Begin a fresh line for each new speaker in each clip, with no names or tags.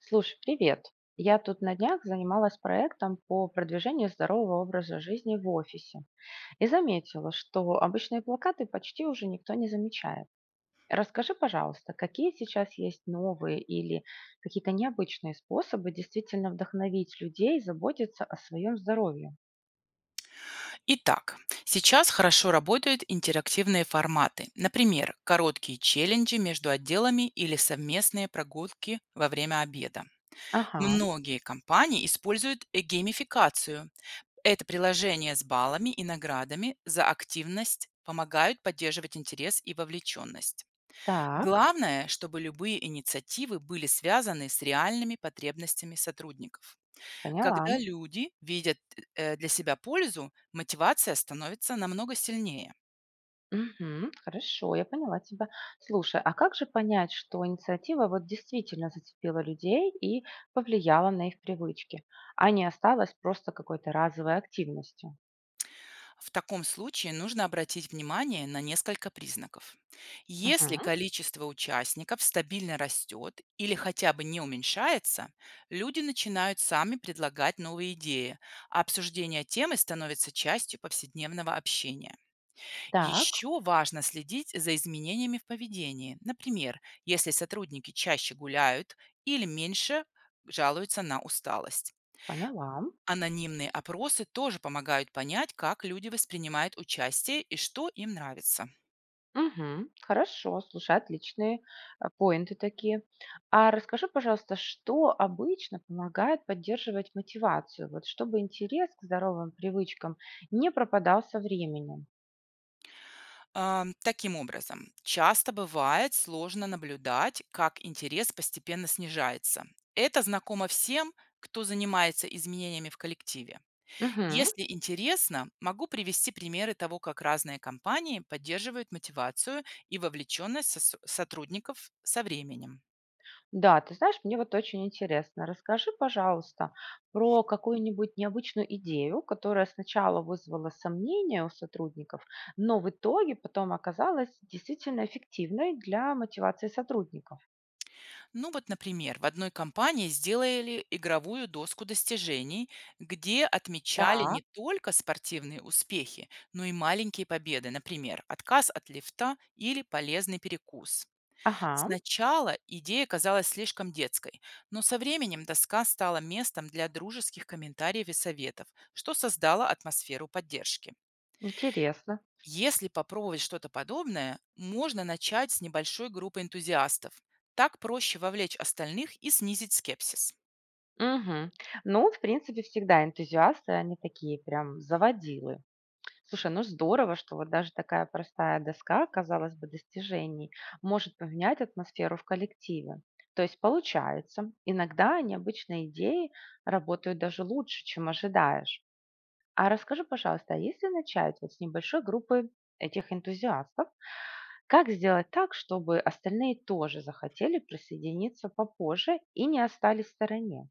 Слушай, привет. Я тут на днях занималась проектом по продвижению здорового образа жизни в офисе и заметила, что обычные плакаты почти уже никто не замечает. Расскажи, пожалуйста, какие сейчас есть новые или какие-то необычные способы действительно вдохновить людей заботиться о своем здоровье?
Итак, сейчас хорошо работают интерактивные форматы, например, короткие челленджи между отделами или совместные прогулки во время обеда.
Ага,
Многие компании используют геймификацию. Это приложение с баллами и наградами за активность помогают поддерживать интерес и вовлеченность.
так,
Главное, чтобы любые инициативы были связаны с реальными потребностями сотрудников.
поняла.
Когда люди видят для себя пользу, мотивация становится намного сильнее.
Мгм. Хорошо, я поняла тебя. Слушай, а как же понять, что инициатива вот действительно зацепила людей и повлияла на их привычки, а не осталась просто какой-то разовой активностью?
В таком случае нужно обратить внимание на несколько признаков. Если
Мгм.
количество участников стабильно растет или хотя бы не уменьшается, люди начинают сами предлагать новые идеи, а обсуждение темы становится частью повседневного общения.
Так,
Еще важно следить за изменениями в поведении. Например, если сотрудники чаще гуляют или меньше жалуются на усталость.
поняла.
Анонимные опросы тоже помогают понять, как люди воспринимают участие и что им нравится.
Мгм. Хорошо, слушай, отличные поинты такие. А расскажи, пожалуйста, что обычно помогает поддерживать мотивацию, вот чтобы интерес к здоровым привычкам не пропадал со временем?
Таким образом, часто бывает сложно наблюдать, как интерес постепенно снижается. Это знакомо всем, кто занимается изменениями в коллективе.
Мгм.
Если интересно, могу привести примеры того, как разные компании поддерживают мотивацию и вовлеченность сотрудников со временем.
Да, ты знаешь, мне вот очень интересно. Расскажи, пожалуйста, про какую-нибудь необычную идею, которая сначала вызвала сомнения у сотрудников, но в итоге потом оказалась действительно эффективной для мотивации сотрудников.
Ну вот, например, в одной компании сделали игровую доску достижений, где отмечали
Так,
не только спортивные успехи, но и маленькие победы, например, отказ от лифта или полезный перекус.
ага,
Сначала идея казалась слишком детской, но со временем доска стала местом для дружеских комментариев и советов, что создало атмосферу поддержки.
интересно.
Если попробовать что-то подобное, можно начать с небольшой группы энтузиастов. Так проще вовлечь остальных и снизить скепсис.
Мгм. Ну, в принципе, всегда энтузиасты, они такие прям заводилы. Слушай, ну здорово, что вот даже такая простая доска, казалось бы, достижений, может поменять атмосферу в коллективе. То есть получается, иногда необычные идеи работают даже лучше, чем ожидаешь. А расскажи, пожалуйста, а если начать вот с небольшой группы этих энтузиастов, как сделать так, чтобы остальные тоже захотели присоединиться попозже и не остались в стороне?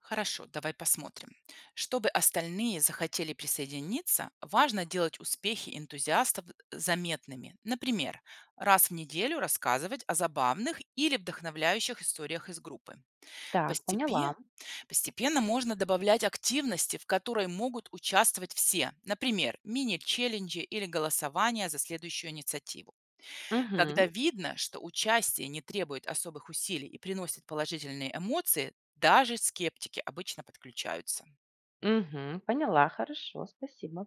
Хорошо, давай посмотрим. Чтобы остальные захотели присоединиться, важно делать успехи энтузиастов заметными. Например, раз в неделю рассказывать о забавных или вдохновляющих историях из группы.
Так,
Постепе-
поняла.
постепенно можно добавлять активности, в которой могут участвовать все. Например, мини-челленджи или голосование за следующую инициативу. Когда
Угу,
видно, что участие не требует особых усилий и приносит положительные эмоции, даже скептики обычно подключаются.
угу, поняла, хорошо, спасибо.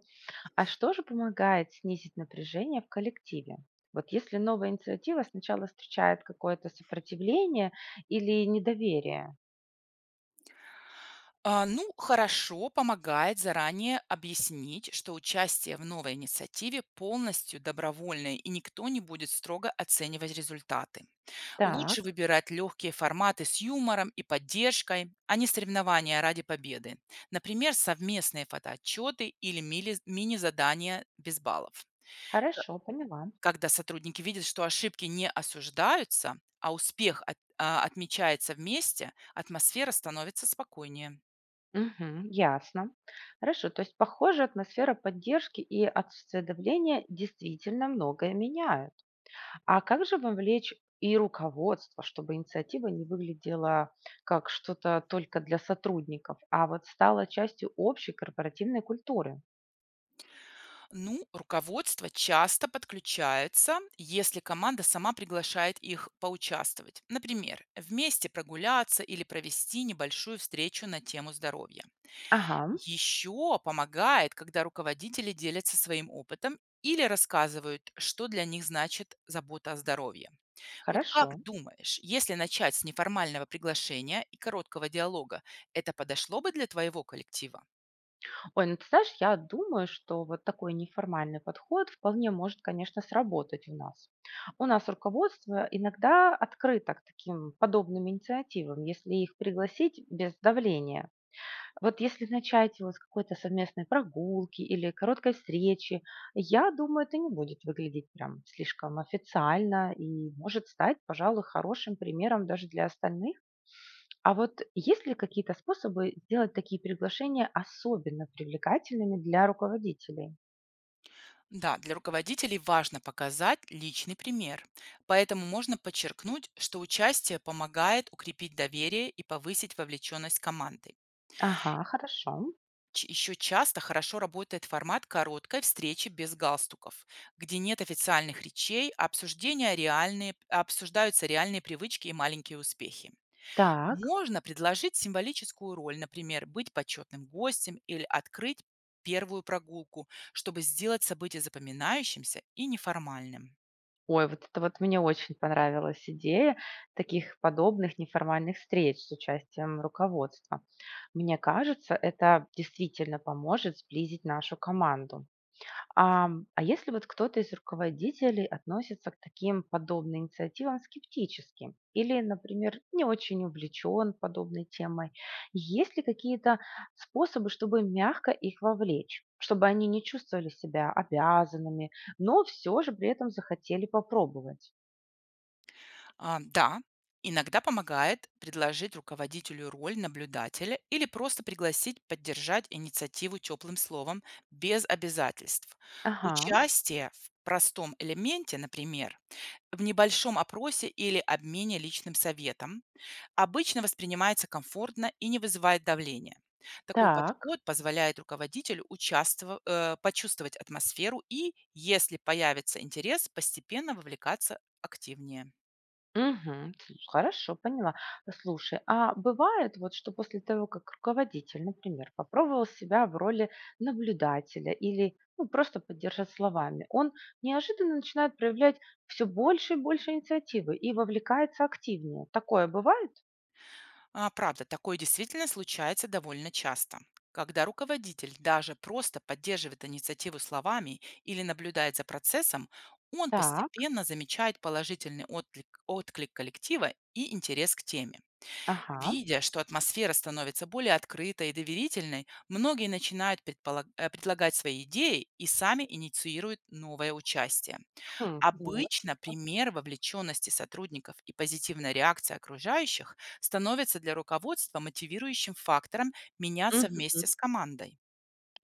А что же помогает снизить напряжение в коллективе? Вот если новая инициатива сначала встречает какое-то сопротивление или недоверие.
Хорошо помогает заранее объяснить, что участие в новой инициативе полностью добровольное и никто не будет строго оценивать результаты.
Так,
Лучше выбирать легкие форматы с юмором и поддержкой, а не соревнования ради победы. Например, совместные фотоотчеты или мини-задания без баллов.
хорошо, поняла.
Когда сотрудники видят, что ошибки не осуждаются, а отмечается вместе, атмосфера становится спокойнее.
Мгм, ясно. Хорошо, то есть, похоже, атмосфера поддержки и отсутствие давления действительно многое меняют. А как же вовлечь и руководство, чтобы инициатива не выглядела как что-то только для сотрудников, а вот стала частью общей корпоративной культуры?
Ну, руководство часто подключается, если команда сама приглашает их поучаствовать. Например, вместе прогуляться или провести небольшую встречу на тему здоровья.
Ага.
Еще помогает, когда руководители делятся своим опытом или рассказывают, что для них значит забота о здоровье. Вот
Хорошо.
как думаешь, если начать с неформального приглашения и короткого диалога, это подошло бы для твоего коллектива?
Ой, ну ты знаешь, я думаю, что вот такой неформальный подход вполне может, конечно, сработать у нас. У нас руководство иногда открыто к таким подобным инициативам, если их пригласить без давления. Вот если начать вот с какой-то совместной прогулки или короткой встречи, я думаю, это не будет выглядеть прям слишком официально и может стать, пожалуй, хорошим примером даже для остальных. А вот есть ли какие-то способы сделать такие приглашения особенно привлекательными для руководителей?
Да, для руководителей важно показать личный пример. Поэтому можно подчеркнуть, что участие помогает укрепить доверие и повысить вовлеченность команды.
Ага, хорошо.
Еще часто хорошо работает формат короткой встречи без галстуков, где нет официальных речей, а обсуждаются реальные привычки и маленькие успехи.
Так.
Можно предложить символическую роль, например, быть почетным гостем или открыть первую прогулку, чтобы сделать событие запоминающимся и неформальным.
Ой, вот это вот мне очень понравилась идея таких подобных неформальных встреч с участием руководства. Мне кажется, это действительно поможет сблизить нашу команду. А если вот кто-то из руководителей относится к таким подобным инициативам скептически или, например, не очень увлечен подобной темой, есть ли какие-то способы, чтобы мягко их вовлечь, чтобы они не чувствовали себя обязанными, но все же при этом захотели попробовать?
А, да, иногда помогает предложить руководителю роль наблюдателя или просто пригласить поддержать инициативу теплым словом без обязательств.
Ага,
Участие в простом элементе, например, в небольшом опросе или обмене личным советом обычно воспринимается комфортно и не вызывает давления. Такой
так.
подход позволяет руководителю почувствовать атмосферу и, если появится интерес, постепенно вовлекаться активнее.
Мгм. Слушай, хорошо, поняла. Слушай, а бывает вот, что после того, как руководитель, например, попробовал себя в роли наблюдателя или ну, просто поддержать словами, он неожиданно начинает проявлять все больше и больше инициативы и вовлекается активнее. Такое бывает?
А, правда, такое действительно случается довольно часто. Когда руководитель даже просто поддерживает инициативу словами или наблюдает за процессом, он
Так,
постепенно замечает отклик коллектива и интерес к теме.
ага.
Видя, что атмосфера становится более открытой и доверительной, многие начинают предлагать свои идеи и сами инициируют новое участие.
Хм, ну,
Обычно пример вовлеченности сотрудников и позитивная реакция окружающих становится для руководства мотивирующим фактором меняться
логично.
вместе с командой.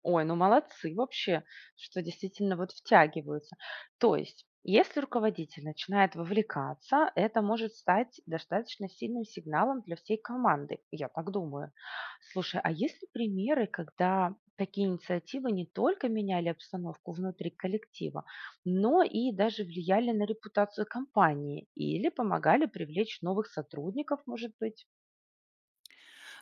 Ой, ну молодцы вообще, что действительно вот втягиваются. То есть, если руководитель начинает вовлекаться, это может стать достаточно сильным сигналом для всей команды, я так думаю. Слушай, а есть ли примеры, когда такие инициативы не только меняли обстановку внутри коллектива, но и даже влияли на репутацию компании или помогали привлечь новых сотрудников, может быть?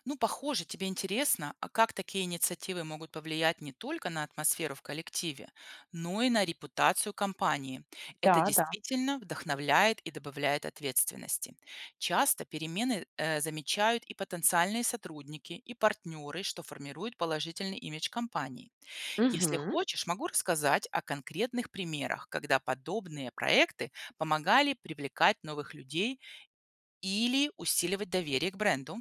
Ну, похоже, тебе интересно, а как такие инициативы могут повлиять не только на атмосферу в коллективе, но и на репутацию компании. Это
Да, да.
действительно вдохновляет и добавляет ответственности. Часто перемены замечают и потенциальные сотрудники, и партнеры, что формирует положительный имидж компании. Если
Мгм.
хочешь, могу рассказать о конкретных примерах, когда подобные проекты помогали привлекать новых людей или усиливать доверие к бренду.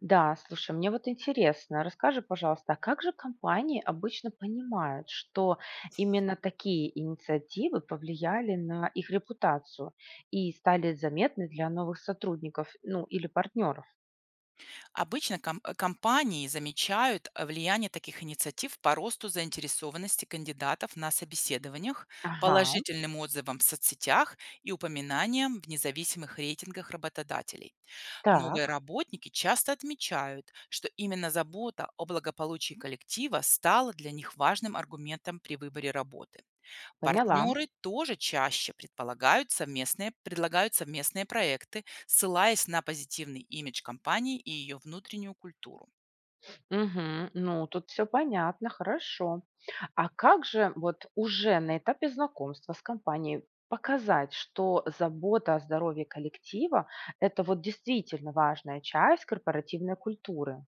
Да, слушай, мне вот интересно, расскажи, пожалуйста, а как же компании обычно понимают, что именно такие инициативы повлияли на их репутацию и стали заметны для новых сотрудников, ну, или партнеров?
Обычно компании замечают влияние таких инициатив по росту заинтересованности кандидатов на собеседованиях,
Ага,
положительным отзывам в соцсетях и упоминаниям в независимых рейтингах работодателей. Новые
так,
работники часто отмечают, что именно забота о благополучии коллектива стала для них важным аргументом при выборе работы.
поняла.
Партнеры тоже предлагают совместные проекты, ссылаясь на позитивный имидж компании и ее внутреннюю культуру.
Мгм, ну, тут все понятно, хорошо. А как же вот уже на этапе знакомства с компанией показать, что забота о здоровье коллектива– это вот действительно важная часть корпоративной культуры?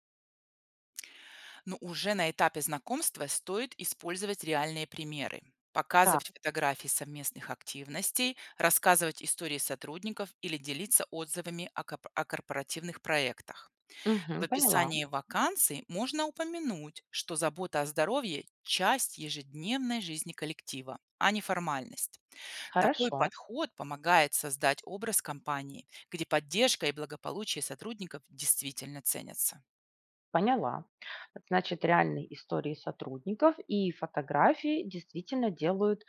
Но уже на этапе знакомства стоит использовать реальные примеры,
Так,
показывать фотографии совместных активностей, рассказывать истории сотрудников или делиться отзывами о о корпоративных проектах. В
мгм, поняла.
описании вакансий можно упомянуть, что забота о здоровье — часть ежедневной жизни коллектива, а не формальность. Такой
Хорошо,
подход помогает создать образ компании, где поддержка и благополучие сотрудников действительно ценятся.
поняла. Значит, реальные истории сотрудников и фотографии действительно делают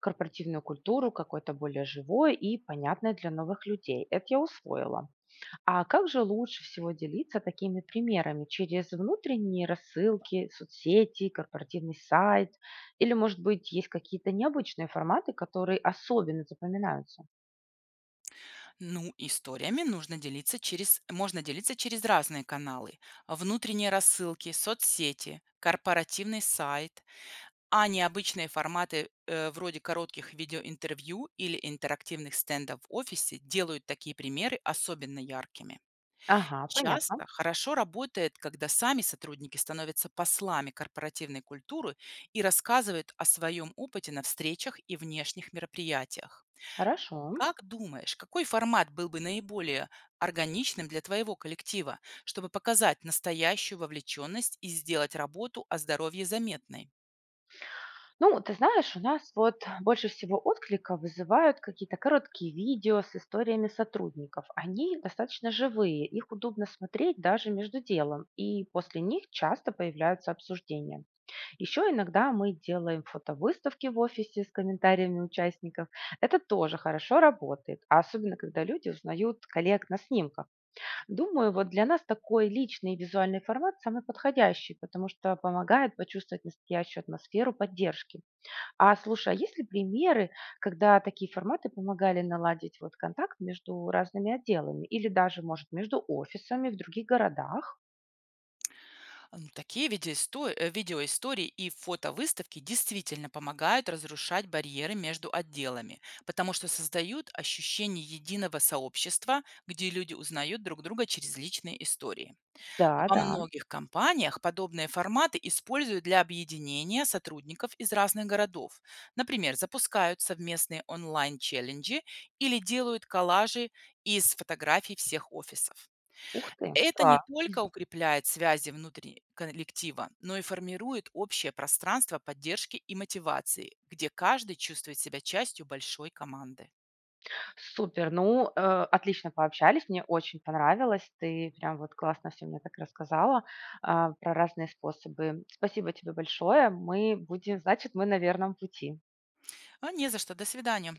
корпоративную культуру какой-то более живой и понятной для новых людей. Это я усвоила. А как же лучше всего делиться такими примерами? Через внутренние рассылки, соцсети, корпоративный сайт? Или, может быть, есть какие-то необычные форматы, которые особенно запоминаются?
Ну, историями нужно делиться через, можно делиться через разные каналы. Внутренние рассылки, соцсети, корпоративный сайт, а необычные форматы вроде коротких видеоинтервью или интерактивных стендов в офисе делают такие примеры особенно яркими.
Ага, понятно.
Часто хорошо работает, когда сами сотрудники становятся послами корпоративной культуры и рассказывают о своем опыте на встречах и внешних мероприятиях.
Хорошо.
Как думаешь, какой формат был бы наиболее органичным для твоего коллектива, чтобы показать настоящую вовлеченность и сделать работу о здоровье заметной?
Ну, ты знаешь, у нас вот больше всего отклика вызывают какие-то короткие видео с историями сотрудников. Они достаточно живые, их удобно смотреть даже между делом, и после них часто появляются обсуждения. Еще иногда мы делаем фотовыставки в офисе с комментариями участников. Это тоже хорошо работает, а особенно когда люди узнают коллег на снимках. Думаю, вот для нас такой личный и визуальный формат самый подходящий, потому что помогает почувствовать настоящую атмосферу поддержки. А слушай, а есть ли примеры, когда такие форматы помогали наладить вот контакт между разными отделами или даже, может, между офисами в других городах?
Такие видеоистории и фотовыставки действительно помогают разрушать барьеры между отделами, потому что создают ощущение единого сообщества, где люди узнают друг друга через личные истории.
Да,
Во
да.
многих компаниях подобные форматы используют для объединения сотрудников из разных городов. Например, запускают совместные онлайн-челленджи или делают коллажи из фотографий всех офисов.
Ух ты,
Это не
класс.
только укрепляет связи внутри коллектива, но и формирует общее пространство поддержки и мотивации, где каждый чувствует себя частью большой команды.
Супер, ну, отлично пообщались, мне очень понравилось. Ты прям вот классно все мне так рассказала, про разные способы. Спасибо тебе большое. Мы будем, значит, мы на верном пути.
А не за что. До свидания.